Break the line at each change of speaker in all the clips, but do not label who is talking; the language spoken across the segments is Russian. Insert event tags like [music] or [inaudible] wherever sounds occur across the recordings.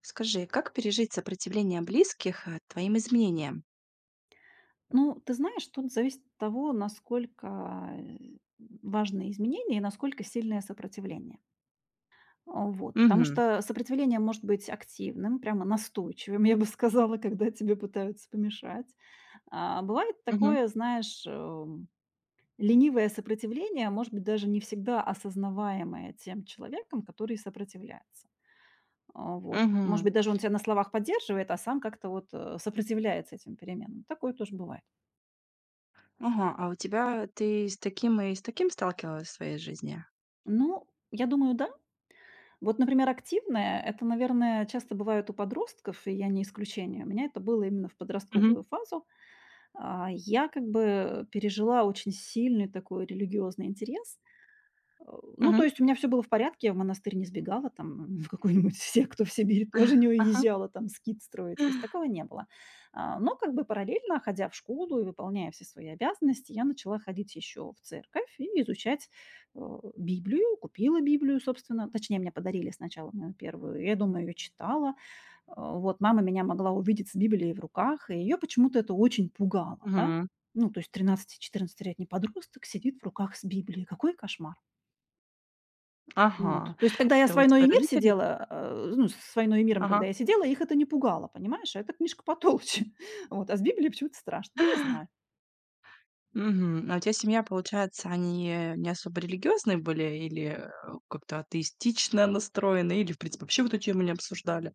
Скажи, как пережить сопротивление близких, твоим изменениям?
Ну, ты знаешь, тут зависит от того, насколько э, важны изменения и насколько сильное сопротивление. А, вот. Потому
Мгм.
что сопротивление может быть активным, прямо настойчивым, я бы сказала, когда тебе пытаются помешать. А, бывает
Мгм.
такое, знаешь, ленивое сопротивление, а может быть, даже не всегда осознаваемое тем человеком, который сопротивляется. А, вот. Может
Мгм.
быть, даже он тебя на словах поддерживает, а сам как-то вот сопротивляется этим переменам. Такое тоже бывает.
Ага, а у тебя ты с таким и с таким сталкивалась в своей жизни?
Ну, я думаю, да. Вот, например, активное- это, наверное, часто бывает у подростков, и я не исключение. У меня это было именно в
Мгм.
подростковую фазу. А, я как бы пережила очень сильный такой религиозный интерес. Э, ну, то
Мгм.
есть у меня все было в порядке, я в монастырь не сбегала, там [laughs] в какую-нибудь секту в Сибирь тоже не
Ага.
уезжала там скит строить, то есть такого не было. А, но как бы параллельно, ходя в школу и выполняя все свои обязанности, я начала ходить еще в церковь и изучать э, Библию. Купила Библию, собственно, точнее, мне подарили сначала мою первую, я дома ее читала. Вот, мама меня могла увидеть с Библией в руках, и ее почему-то это очень пугало, да.
Мгм.
Ну, то есть тринадцати-четырнадцатилетний подросток сидит в руках с Библией. Какой кошмар! Вот.
Ага.
То есть, когда я с
Это у тебя
"Войной и мир"
родители.
сидела, ну, с "Войной и миром",
Ага.
когда я сидела, их это не пугало, понимаешь? А эта книжка потолще. [laughs] Вот, а с Библией почему-то страшно. Не знаю.
Мгм. А у тебя семья, получается, они, не особо религиозные были, или как-то атеистично настроены, или, в принципе, вообще вот эту тему не обсуждали?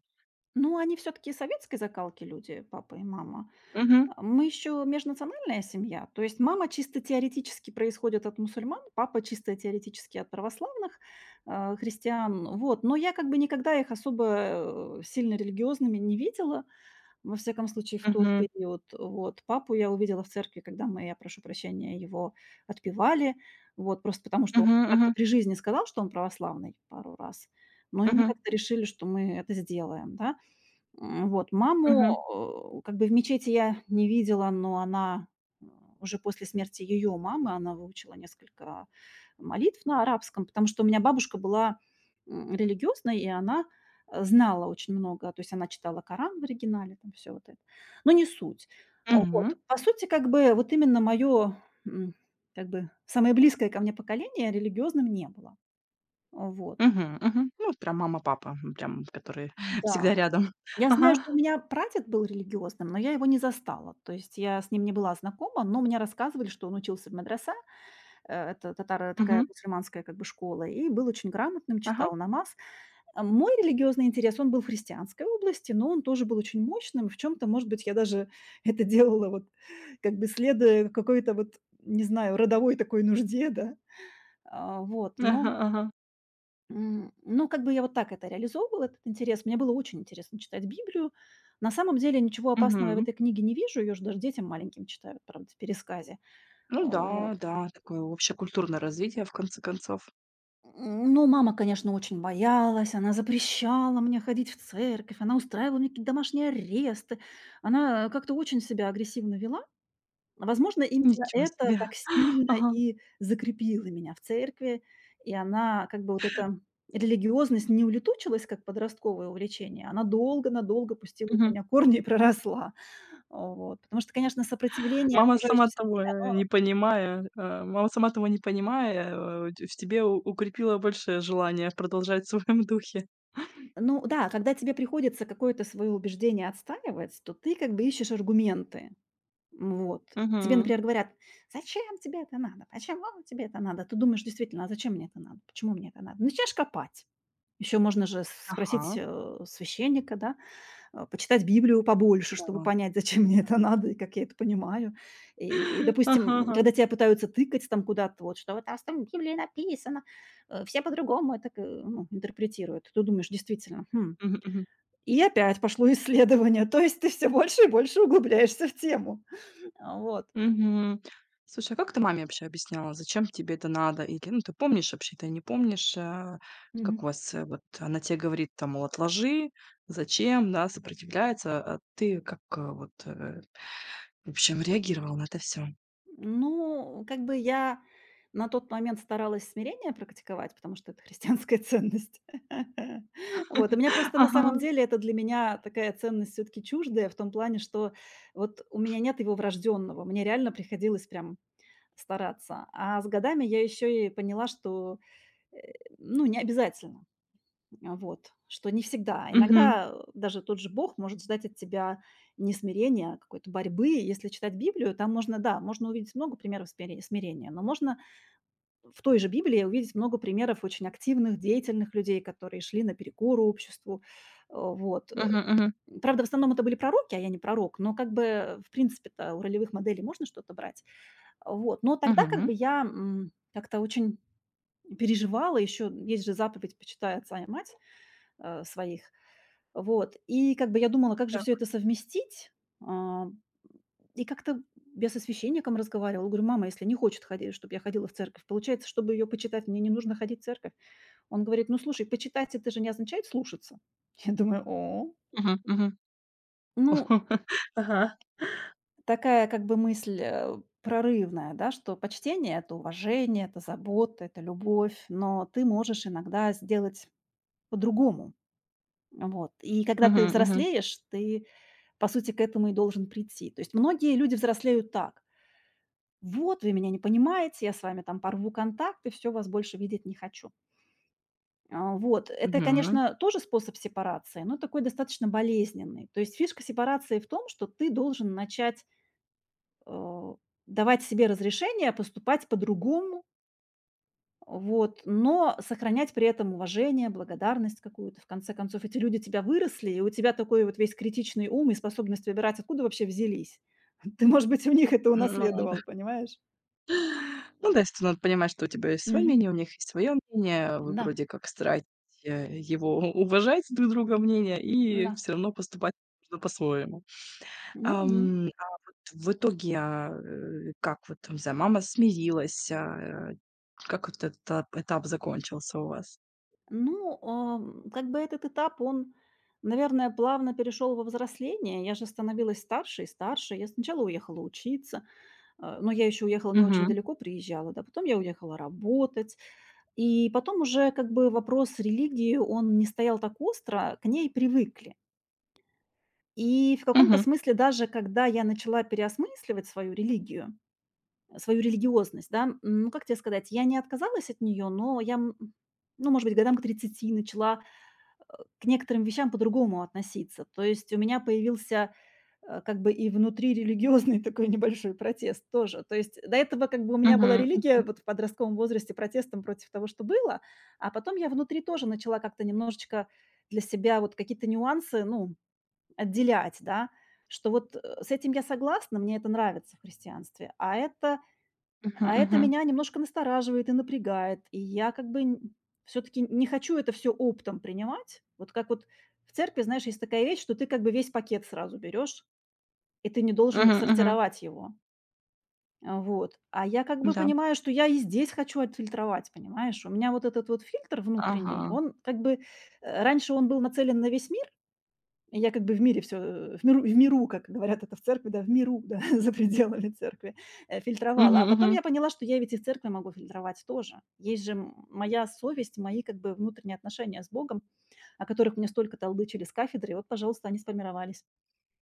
Ну, они все таки советской закалки люди, папа и мама.
Мгм.
А мы еще межнациональная семья. То есть мама чисто теоретически происходит от мусульман, папа чисто теоретически от православных, христиан. Вот. Но я как бы никогда их особо, сильно религиозными не видела. Во всяком случае, в тот
Мгм.
период, вот. Папу я увидела в церкви, когда мы, я прошу прощения, его отпевали, вот, просто потому что он
Мгм.
как-то
Мгм.
при жизни сказал, что он православный пару раз, но и мы
Мгм.
как-то решили, что мы это сделаем, да. Вот маму,
Мгм.
как бы в мечети я не видела, но она, э, уже после смерти ее мамы, она выучила несколько молитв на арабском, потому что у меня бабушка была, религиозной, и она, знала очень много. То есть она читала Коран в оригинале, там все вот это. Но не суть. Вот.
Мгм.
По сути, как бы вот именно мое как бы самое близкое ко мне поколение религиозным не было. Вот.
Мгм, мгм. Ну, вот прям мама, папа, прям которые [laughs]
Да.
всегда рядом.
Я знаю,
Ага.
что у меня прадед был религиозным, но я его не застала. То есть я с ним не была знакома, но мне рассказывали, что он учился в медресе, это татаро такая
Мгм.
мусульманская как бы школа, и был очень грамотным,
Ага.
читал намаз. А мой религиозный интерес, он был в христианской области, но он тоже был очень мощным. В чем-то, может быть, я даже [laughs] это делала вот как бы следуя какой-то вот, не знаю, родовой такой нужде, да. А, вот.
Ага, ага.
Ну, как бы я вот так это реализовывала, этот интерес. Мне было очень интересно читать Библию. На самом деле ничего опасного я в
Мгм.
этой книге не вижу, ее же даже детям маленьким читают, правда, в пересказе. А,
Ну да,
вот.
да, такое общекультурное развитие, в конце концов.
Ну, мама, конечно, очень боялась, она запрещала мне ходить в церковь, она устраивала мне какие-то домашние аресты, она как-то очень себя агрессивно вела. Возможно, именно
Ничего
это
себе.
так сильно
Ага.
и закрепило меня в церкви, и она как бы вот эта религиозность не улетучилась, как подростковое увлечение, она долго-надолго пустила в
Мгм.
меня корни и проросла. Вот. Потому что, конечно, сопротивление
Мама сама
окружающей среде,
того, э,
оно,
не понимая, э, мама сама того не понимая, э, ть в тебе у укрепила большее желание продолжать в своем духе.
ну да, когда тебе приходится какое-то свое убеждение отстаивать, то ты как бы ищешь аргументы. Вот. Тебе,
Мгм.
например, говорят: "Зачем тебе это надо? Почему тебе это надо?" Ты думаешь: "Действительно, а зачем мне это надо? Почему мне это надо?" Начинаешь копать. Еще можно же спросить
Ага.
священника, да, почитать Библию побольше, чтобы
Да.
понять, [laughs] зачем мне это надо и как я это понимаю. И,
[laughs] Ага,
допустим,
ага.
когда тебя пытаются тыкать там куда-то, вот, что вот: "А там в Библии написано, все по-другому, это к ну, интерпретируют". Ты думаешь: "Действительно, хм".
Мгм, мгм.
И опять пошло исследование. [laughs] То есть ты все больше и больше углубляешься в тему. [laughs] Вот.
Мгм. Слушай, а как ты маме вообще объясняла, зачем тебе это надо? Или, ну, ты помнишь вообще, ты не помнишь, как
Мгм.
у вас, вот она тебе говорит, там, мол, отложи, зачем, да, сопротивляется, а ты как, в общем, реагировала на это все.
Ну, как бы я на тот момент старалась смирение практиковать, потому что это христианская [laughs] ценность. [laughs] Вот. У меня
[laughs]
просто на самом
Ага.
деле это для меня такая ценность все-таки чуждая в том плане, что вот у меня нет его врожденного. Мне реально приходилось прям стараться. А с годами я еще и поняла, что э, ну, не обязательно. А, вот. Что не всегда.
Мгм.
Иногда даже тот же Бог может ждать от тебя не смирения, а какой-то борьбы. Если читать Библию, там можно, да, можно увидеть много примеров смирения, но можно в той же Библии увидеть много примеров очень активных, деятельных людей, которые шли наперекор обществу. Вот.
Мгм, мгм.
Правда, в основном это были пророки, а я не пророк, но как бы, в принципе-то, у ролевых моделей можно что-то брать. Вот. Но тогда как
Мгм.
бы я, как-то очень переживала. Еще есть же заповедь "Почитай отца и мать" своих. Вот. И как бы я думала, как же все
Так.
это совместить. А, и как-то я со священником разговаривала. Говорю: "Мама, если не хочет ходить, чтобы я ходила в церковь, получается, чтобы ее почитать, мне не нужно ходить в церковь". Он говорит: "Ну, слушай, почитать- это же не означает слушаться". [laughs] Я думаю: "О".
Мгм, мгм.
Ну,
[laughs] Ага.
такая как бы мысль, прорывная, да, что почтение- это уважение, это забота, это любовь, но ты можешь иногда сделать по-другому. Вот. И когда
Мгм,
ты
мгм.
взрослеешь, ты, по сути, к этому и должен прийти. То есть многие люди взрослеют так: "Вот вы меня не понимаете, я с вами там порву контакт и всё, вас больше видеть не хочу". А, вот. Это,
Мгм.
конечно, тоже способ сепарации, но такой достаточно болезненный. То есть фишка сепарации в том, что ты должен начать э, давать себе разрешение поступать по-другому, вот, но сохранять при этом уважение, благодарность какую-то. В конце концов, эти люди тебя выросли, и у тебя такой вот весь критичный ум и способность выбирать, откуда вообще взялись. [laughs] Ты, может быть, у них это
Ну.
унаследовал, понимаешь?
Ну да, естественно, надо понимать, что у тебя есть свое
Мгм.
мнение, у них есть свое мнение. Вы
Да,
вроде как стараетесь, э, его [laughs] уважать друг друга мнение и
да.
все равно поступать нужно по-своему.
Мгм.
А вот в итоге, как вот, там, не знаю, мама смирилась, как вот этот этап закончился у вас?
Ну, как бы этот этап, он, наверное, плавно перешел во взросление. Я же становилась старше и старше. Я сначала уехала учиться. Но я еще уехала не очень
Мгм.
далеко, приезжала, да. Потом я уехала работать. И потом уже как бы вопрос религии, он не стоял так остро, к ней привыкли. И в каком-то
Мгм.
смысле даже когда я начала переосмысливать свою религию, свою религиозность, да, ну, как тебе сказать, я не отказалась от нее, но я, ну, может быть, годам к 30 начала к некоторым вещам по-другому относиться. То есть у меня появился как бы и внутрирелигиозный [laughs] такой небольшой протест тоже. То есть до этого как бы у меня была
Мгм.
религия вот в подростковом возрасте протестом против того, что было, а потом я внутри тоже начала как-то немножечко для себя вот какие-то нюансы, ну, отделять, да, что вот с этим я согласна, мне это нравится в христианстве,
Мгм.
а это
Мгм.
меня немножко настораживает и напрягает, и я как бы все-таки не хочу это все оптом принимать. Вот как вот в церкви, знаешь, есть такая вещь, что ты как бы весь пакет сразу берешь, и ты не должен
Мгм. Мгм.
сортировать его. А, вот. А я как бы
Да.
понимаю, что я и здесь хочу отфильтровать, понимаешь? У меня вот этот вот фильтр внутренний,
Ага.
он как бы... Раньше он был нацелен на весь мир, и я как бы в мире все... в миру, как говорят это в церкви, да, в миру, да, [laughs] за пределами церкви
Мгм.
фильтровала. А потом
Мгм.
я поняла, что я ведь и в церкви могу фильтровать тоже. Есть же моя совесть, мои как бы внутренние отношения с Богом, о которых мне столько толдычили с кафедры, и вот, пожалуйста, они сформировались.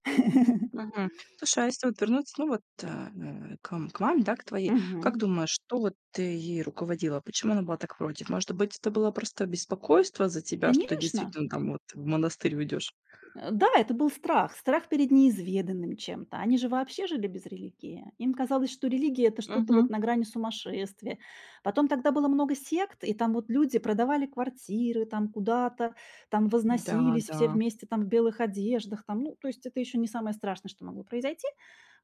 [laughs]
Мгм. Слушай, а если вот вернуться, ну вот, к маме, да, к твоей, как
Мгм.
думаешь, что вот ты ей руководила? Почему она была так против? Может быть, это было просто беспокойство за тебя, что ты
Конечно.
действительно там вот в монастырь уйдёшь?
Да, это был страх, страх перед неизведанным чем-то. Они же вообще жили без религии. Им казалось, что религия это что-то
Угу.
вот на грани сумасшествия. Потом тогда было много сект, и там вот люди продавали квартиры там куда-то, там
Да,
возносились все
да.
вместе там в белых одеждах, там, ну, то есть это еще не самое страшное, что могло произойти.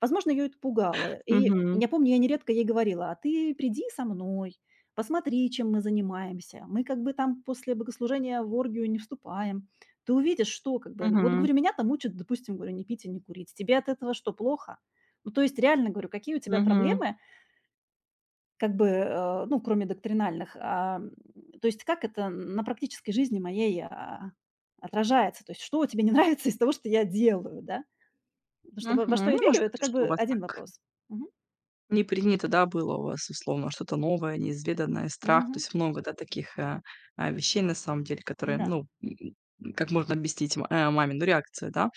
Возможно, ее это пугало. И
Угу,
я помню, я нередко ей говорила: а ты приди со мной, посмотри, чем мы занимаемся. Мы как бы там после богослужения в оргию не вступаем, ты увидишь, что, как бы вот
угу,
говорю, меня там учат, допустим, говорю, не пить и не курить. Тебе от этого что, плохо? Ну, то есть реально говорю, какие у тебя
угу.
проблемы, как бы, ну, кроме доктринальных, а, то есть как это на практической жизни моей, отражается? То есть что тебе не [laughs] нравится из того, что я делаю, да? Потому что во что
Мгм.
я
Ну,
верю,
может быть,
это
то,
как
что у
бы
вас
один
так
вопрос. Мгм.
не принято, да, было у вас, условно, что-то новое, неизведанное, страх. То
Мгм.
есть много, да, таких, вещей, на самом деле, которые,
Да.
ну, как можно объяснить, маме, ну, реакция, да.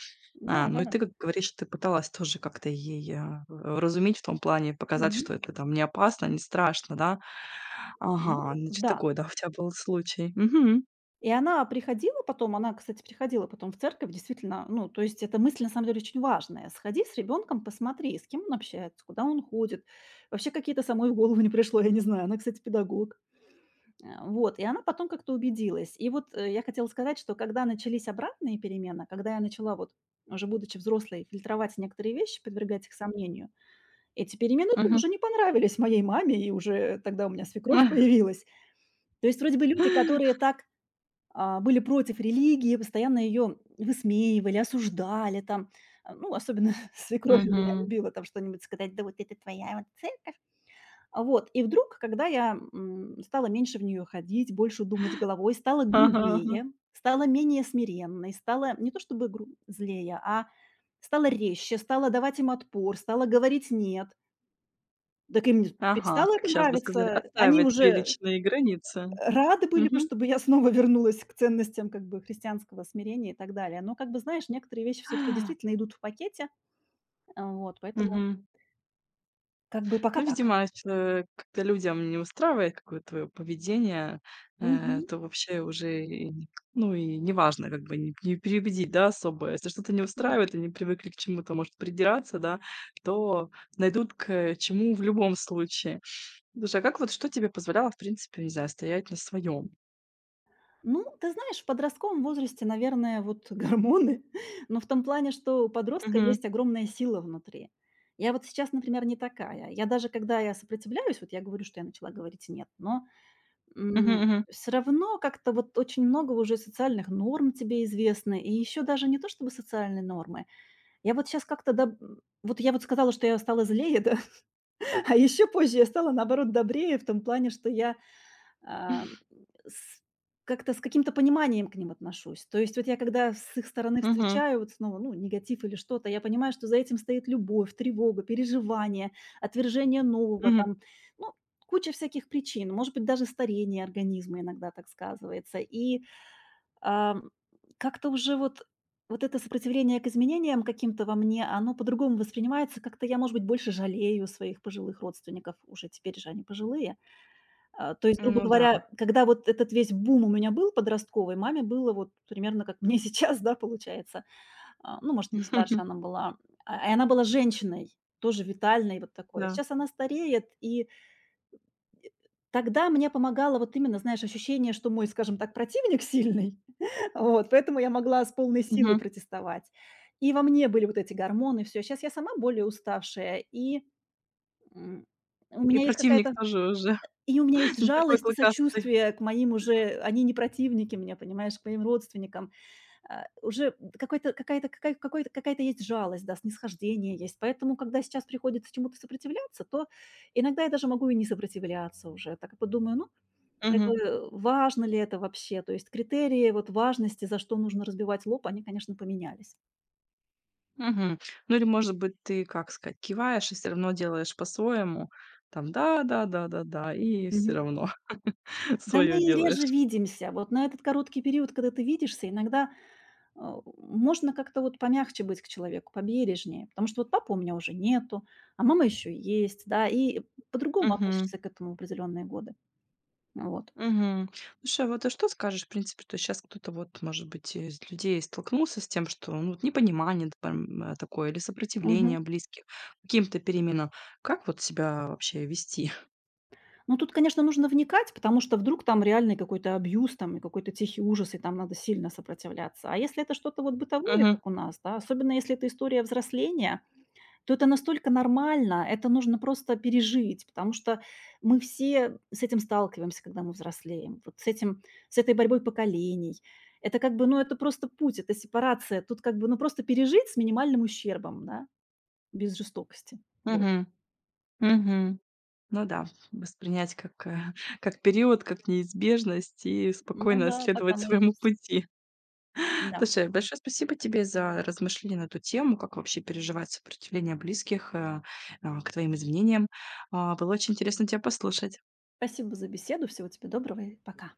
Ну и
Да-да-да.
ты, как говоришь, ты пыталась тоже как-то ей, вразумить, в том плане, показать, что
Мгм.
это там не опасно, не страшно, да.
Ну
Ага, значит,
да.
такой, да, у тебя был случай. Мгм,
И она приходила потом, она, кстати, приходила потом в церковь, действительно, ну, то есть эта мысль на самом деле очень важная. Сходи с ребенком, посмотри, с кем он общается, куда он ходит. Вообще какие-то самой в голову не пришло, я не знаю. Она, кстати, педагог. Вот, и она потом как-то убедилась. И вот я хотела сказать, что когда начались обратные перемены, когда я начала вот уже будучи взрослой, фильтровать некоторые вещи, подвергать их сомнению. Эти перемены
мгм.
тоже не понравились моей маме, и уже тогда у меня свекровь
[laughs]
появилась. То есть вроде бы люди, которые так были против религии, постоянно ее высмеивали, осуждали там. Ну, особенно [laughs] свекровь у меня
Мгм.
любила там что-нибудь сказать, да вот это твоя вот церковь. Вот. И вдруг, когда я стала меньше в нее ходить, больше думать головой, стала
Ага, ага.
грубее, стала менее смиренной, стала не то чтобы злее, а стала резче, стала давать им отпор, стала говорить «нет». Так им
Ага,
перестало
как
это
сейчас бы сказали,
нравиться. Они
отстаивать свои
уже
личные границы.
рады были бы,
Мгм.
чтобы я снова вернулась к ценностям как бы христианского смирения и так далее. Но, как бы, знаешь, некоторые вещи все таки действительно идут в пакете, вот, поэтому
Мгм.
как бы пока
Ну,
так.
видимо, если, когда людям не устраивает какое-то твоё поведение,
Мгм.
то вообще уже и не к ну, и неважно, как бы не переубедить, да, особо. Если что-то не
Да.
устраивает, они привыкли к чему-то, может, придираться, да, то найдут к чему в любом случае. Слушай, а как вот что тебе позволяло, в принципе, не знаю, стоять на своем.
Ну, ты знаешь, в подростковом возрасте, наверное, вот [laughs] гормоны, но в том плане, что у подростка
Мгм.
есть огромная сила внутри. Я вот сейчас, например, не такая. Я даже когда я сопротивляюсь, вот я говорю, что я начала говорить "нет", но
Мгм, мгм.
Всё равно как-то вот очень много уже социальных норм тебе известно, и еще даже не то чтобы социальные нормы. Я вот сейчас как-то вот я вот сказала, что я стала злее, да, [laughs] а еще позже я стала, наоборот, добрее в том плане, что я а, с как-то с каким-то пониманием к ним отношусь. То есть вот я когда с их стороны
Мгм.
встречаю вот снова, ну, негатив или что-то, я понимаю, что за этим стоит любовь, тревога, переживание, отвержение нового
Мгм.
там, ну, куча всяких причин. Может быть, даже старение организма иногда так сказывается. И ам, как-то уже вот это сопротивление к изменениям каким-то во мне, оно по-другому воспринимается. Как-то я, может быть, больше жалею своих пожилых родственников. Уже теперь же они пожилые. То есть, грубо
Ну да.
говоря, когда вот этот весь бум у меня был подростковый, маме было вот примерно как мне [laughs] сейчас, да, получается. Ну, может, чуть старше
[laughs]
она была. И она была женщиной, тоже витальной вот такой.
Да.
Сейчас она стареет, и тогда мне помогало вот именно, знаешь, ощущение, что мой, скажем так, противник сильный. [laughs] Вот, поэтому я могла с полной силой
Мгм.
протестовать. И во мне были вот эти гормоны, все. Сейчас я сама более уставшая, и, м, у
И
меня есть
противник
какая-то.
тоже уже
И у меня есть
[laughs] не такой
жалость и
клыкастый.
сочувствие к моим уже, они не противники меня понимаешь, к моим родственникам. Уже какой-то какая-то какая какой-то какая-то есть жалость, да, снисхождение есть. Поэтому, когда сейчас приходится чему-то сопротивляться, то иногда я даже могу и не сопротивляться уже. Так как бы думаю, ну, как бы
Мгм.
важно ли это вообще? То есть критерии вот важности, за что нужно разбивать лоб, они, конечно, поменялись.
Мгм. Ну или, может быть, ты, как сказать, киваешь и все равно делаешь по-своему. Там да-да-да-да-да, и все
Мгм.
равно [laughs]
Да мы
свое
и реже
делаешь.
видимся. Вот на этот короткий период, когда ты видишься, иногда можно как-то вот помягче быть к человеку, побережнее, потому что вот папа у меня уже нету, а мама еще есть, да, и по-другому
Мгм.
относишься к этому в определенные годы. Вот.
Мгм. Слушай, а вот ты что скажешь, в принципе, что сейчас кто-то вот, может быть, из людей столкнулся с тем, что, ну, вот непонимание там, такое или сопротивление
Мгм.
близких каким-то переменам. Как вот себя вообще вести?
Ну, тут, конечно, нужно вникать, потому что вдруг там реальный какой-то абьюз, там, и какой-то тихий ужас, и там надо сильно сопротивляться. А если это что-то вот бытовое,
Мгм.
как у нас, да, особенно если это история взросления, то это настолько нормально, это нужно просто пережить, потому что мы все с этим сталкиваемся, когда мы взрослеем, вот с этим, с этой борьбой поколений. Это как бы, ну, это просто путь, это сепарация. Тут как бы, ну, просто пережить с минимальным ущербом, да, без жестокости. Вот.
Мгм. Мгм. Ну да, воспринять, [laughs] как период, как неизбежность, и
Ну
спокойно
да, так
следовать
оно и
своему
есть.
пути.
Да.
Слушай, большое спасибо тебе за размышления на эту тему, как вообще переживать сопротивление близких, к твоим изменениям. Было очень интересно тебя послушать.
Спасибо за беседу. Всего тебе доброго и пока.